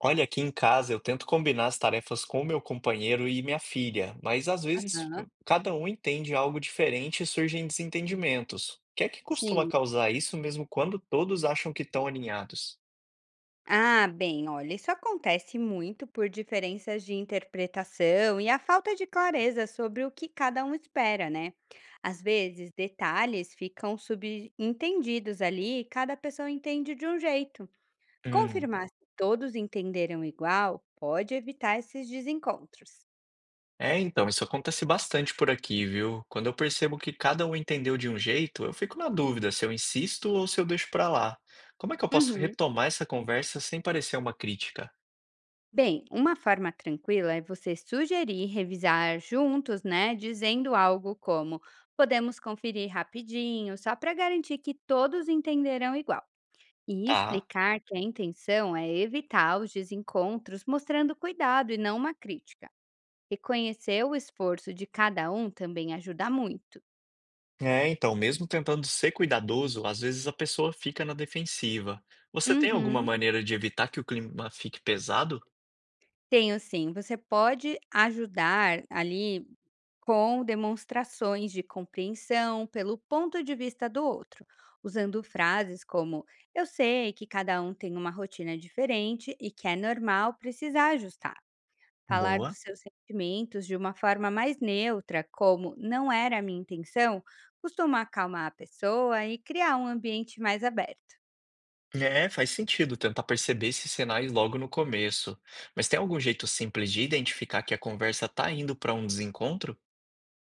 Olha, aqui em casa eu tento combinar as tarefas com o meu companheiro e minha filha, mas às vezes Aham, cada um entende algo diferente e surgem desentendimentos. O que é que costuma sim. causar isso mesmo quando todos acham que estão alinhados? Bem, olha, isso acontece muito por diferenças de interpretação e a falta de clareza sobre o que cada um espera, né? Às vezes, detalhes ficam subentendidos ali e cada pessoa entende de um jeito. Hum. Confirmar se todos entenderam igual pode evitar esses desencontros. É, então, isso acontece bastante por aqui, viu? Quando eu percebo que cada um entendeu de um jeito, eu fico na dúvida se eu insisto ou se eu deixo pra lá. Como é que eu posso Uhum. retomar essa conversa sem parecer uma crítica? Bem, uma forma tranquila é você sugerir revisar juntos, né? Dizendo algo como: podemos conferir rapidinho, só para garantir que todos entenderão igual. E Tá. explicar que a intenção é evitar os desencontros, mostrando cuidado e não uma crítica. Reconhecer o esforço de cada um também ajuda muito. É, então, mesmo tentando ser cuidadoso, às vezes a pessoa fica na defensiva. Você tem alguma Uhum. maneira de evitar que o clima fique pesado? Tenho sim. Você pode ajudar ali com demonstrações de compreensão pelo ponto de vista do outro, usando frases como: eu sei que cada um tem uma rotina diferente e que é normal precisar ajustar. Falar Boa. dos seus sentimentos de uma forma mais neutra, como não era a minha intenção, costuma acalmar a pessoa e criar um ambiente mais aberto. É, faz sentido tentar perceber esses sinais logo no começo. Mas tem algum jeito simples de identificar que a conversa tá indo para um desencontro?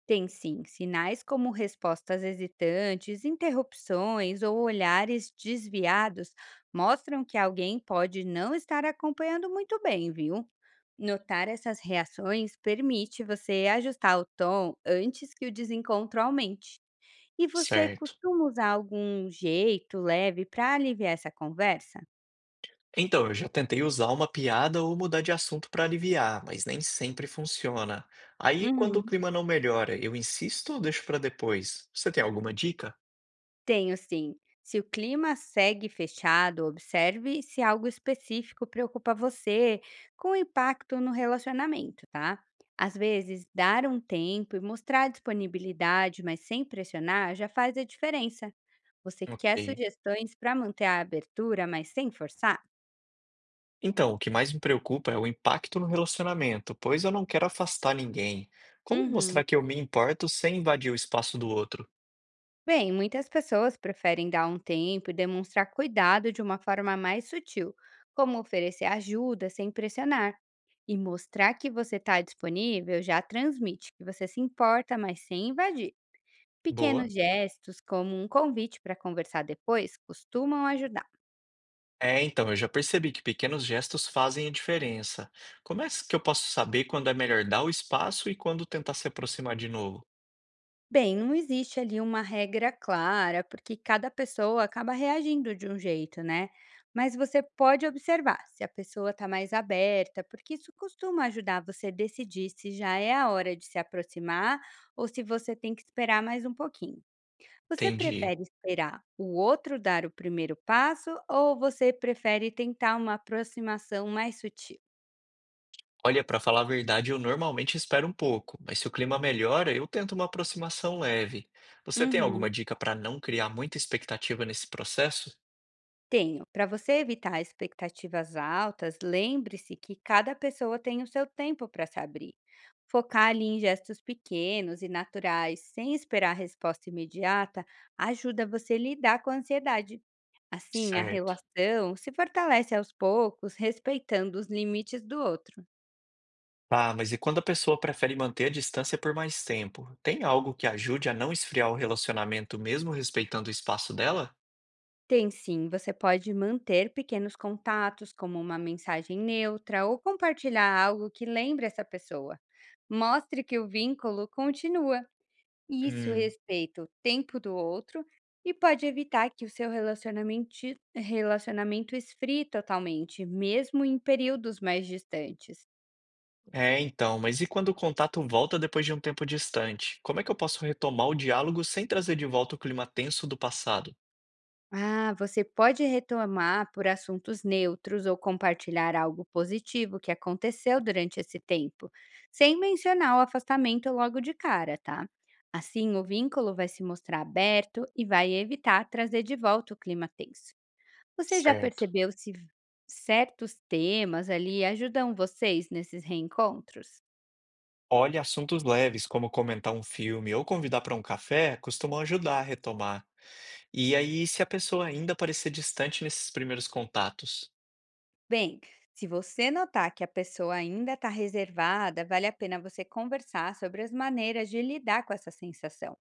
Tem sim, sinais como respostas hesitantes, interrupções ou olhares desviados mostram que alguém pode não estar acompanhando muito bem, viu? Notar essas reações permite você ajustar o tom antes que o desencontro aumente. E você Certo. costuma usar algum jeito leve para aliviar essa conversa? Então, eu já tentei usar uma piada ou mudar de assunto para aliviar, mas nem sempre funciona. Aí, quando o Uhum. clima não melhora, eu insisto ou deixo para depois? Você tem alguma dica? Tenho sim. Se o clima segue fechado, observe se algo específico preocupa você, com impacto no relacionamento, tá? Às vezes, dar um tempo e mostrar disponibilidade, mas sem pressionar, já faz a diferença. Você quer Ok. sugestões para manter a abertura, mas sem forçar? Então, o que mais me preocupa é o impacto no relacionamento, pois eu não quero afastar ninguém. Como Uhum. mostrar que eu me importo sem invadir o espaço do outro? Bem, muitas pessoas preferem dar um tempo e demonstrar cuidado de uma forma mais sutil, como oferecer ajuda sem pressionar. E mostrar que você está disponível já transmite que você se importa, mas sem invadir. Boa. Pequenos gestos, como um convite para conversar depois, costumam ajudar. É, então, eu já percebi que pequenos gestos fazem a diferença. Como é que eu posso saber quando é melhor dar o espaço e quando tentar se aproximar de novo? Bem, não existe ali uma regra clara, porque cada pessoa acaba reagindo de um jeito, né? Mas você pode observar se a pessoa está mais aberta, porque isso costuma ajudar você a decidir se já é a hora de se aproximar ou se você tem que esperar mais um pouquinho. Você Entendi. prefere esperar o outro dar o primeiro passo ou você prefere tentar uma aproximação mais sutil? Olha, para falar a verdade, eu normalmente espero um pouco, mas se o clima melhora, eu tento uma aproximação leve. Você tem alguma Uhum. dica para não criar muita expectativa nesse processo? Tenho. Para você evitar expectativas altas, lembre-se que cada pessoa tem o seu tempo para se abrir. Focar ali em gestos pequenos e naturais, sem esperar a resposta imediata, ajuda você a lidar com a ansiedade. Assim, a Certo. relação se fortalece aos poucos, respeitando os limites do outro. Ah, mas e quando a pessoa prefere manter a distância por mais tempo? Tem algo que ajude a não esfriar o relacionamento mesmo respeitando o espaço dela? Tem sim, você pode manter pequenos contatos, como uma mensagem neutra ou compartilhar algo que lembre essa pessoa. Mostre que o vínculo continua e isso Hum, respeita o tempo do outro e pode evitar que o seu relacionamento esfrie totalmente, mesmo em períodos mais distantes. é então, mas e quando o contato volta depois de um tempo distante? Como é que eu posso retomar o diálogo sem trazer de volta o clima tenso do passado? Você pode retomar por assuntos neutros ou compartilhar algo positivo que aconteceu durante esse tempo, sem mencionar o afastamento logo de cara, tá? Assim, o vínculo vai se mostrar aberto e vai evitar trazer de volta o clima tenso. Você já Certo. percebeu se certos temas ali ajudam vocês nesses reencontros? Olha, assuntos leves, como comentar um filme ou convidar para um café, costumam ajudar a retomar. E aí, se a pessoa ainda parecer distante nesses primeiros contatos? Bem, se você notar que a pessoa ainda está reservada, vale a pena você conversar sobre as maneiras de lidar com essa sensação.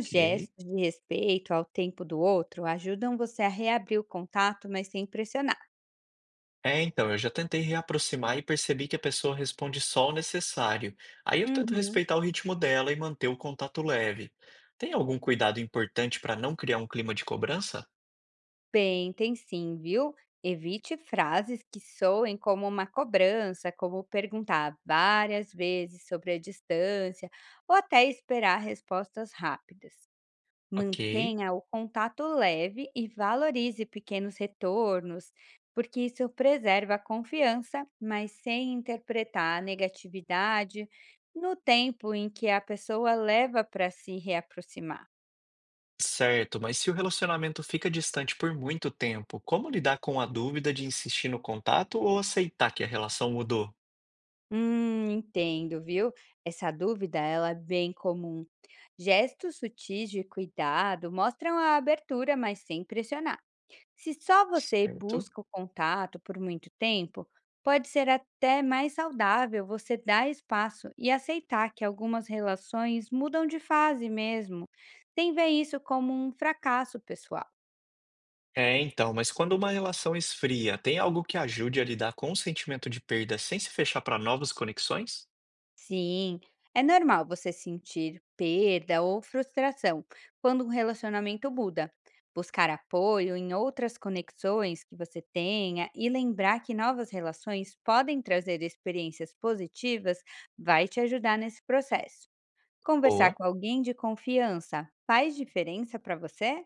Ok. gestos de respeito ao tempo do outro ajudam você a reabrir o contato, mas sem pressionar. É, então, eu já tentei reaproximar e percebi que a pessoa responde só o necessário. Aí eu tento Uhum. respeitar o ritmo dela e manter o contato leve. Tem algum cuidado importante para não criar um clima de cobrança? Bem, tem sim, viu? Evite frases que soem como uma cobrança, como perguntar várias vezes sobre a distância ou até esperar respostas rápidas. Ok. Mantenha o contato leve e valorize pequenos retornos, porque isso preserva a confiança, mas sem interpretar a negatividade no tempo em que a pessoa leva para se reaproximar. Certo, mas se o relacionamento fica distante por muito tempo, como lidar com a dúvida de insistir no contato ou aceitar que a relação mudou? Entendo, viu? Essa dúvida ela é bem comum. Gestos sutis de cuidado mostram a abertura, mas sem pressionar. Se só você Certo. busca o contato por muito tempo, pode ser até mais saudável você dar espaço e aceitar que algumas relações mudam de fase mesmo, sem ver isso como um fracasso pessoal. É, então, mas quando uma relação esfria, tem algo que ajude a lidar com o sentimento de perda sem se fechar para novas conexões? Sim, é normal você sentir perda ou frustração quando um relacionamento muda. Buscar apoio em outras conexões que você tenha e lembrar que novas relações podem trazer experiências positivas vai te ajudar nesse processo. Conversar Boa. com alguém de confiança faz diferença para você?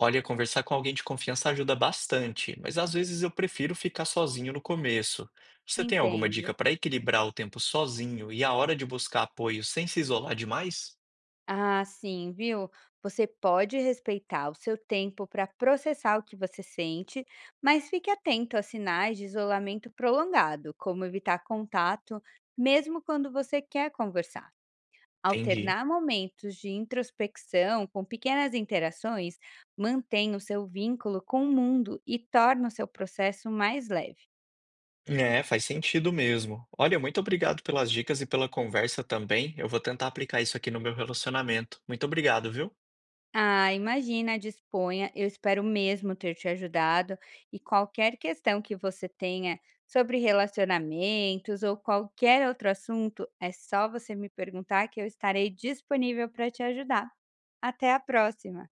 Olha, conversar com alguém de confiança ajuda bastante, mas às vezes eu prefiro ficar sozinho no começo. Você tem alguma Entendo. dica para equilibrar o tempo sozinho e a hora de buscar apoio sem se isolar demais? Sim, viu? Você pode respeitar o seu tempo para processar o que você sente, mas fique atento a sinais de isolamento prolongado, como evitar contato, mesmo quando você quer conversar. Entendi. Alternar momentos de introspecção com pequenas interações mantém o seu vínculo com o mundo e torna o seu processo mais leve. É, faz sentido mesmo. Olha, muito obrigado pelas dicas e pela conversa também. Eu vou tentar aplicar isso aqui no meu relacionamento. Muito obrigado, viu? Imagina, disponha. Eu espero mesmo ter te ajudado. E qualquer questão que você tenha sobre relacionamentos ou qualquer outro assunto, é só você me perguntar que eu estarei disponível para te ajudar. Até a próxima!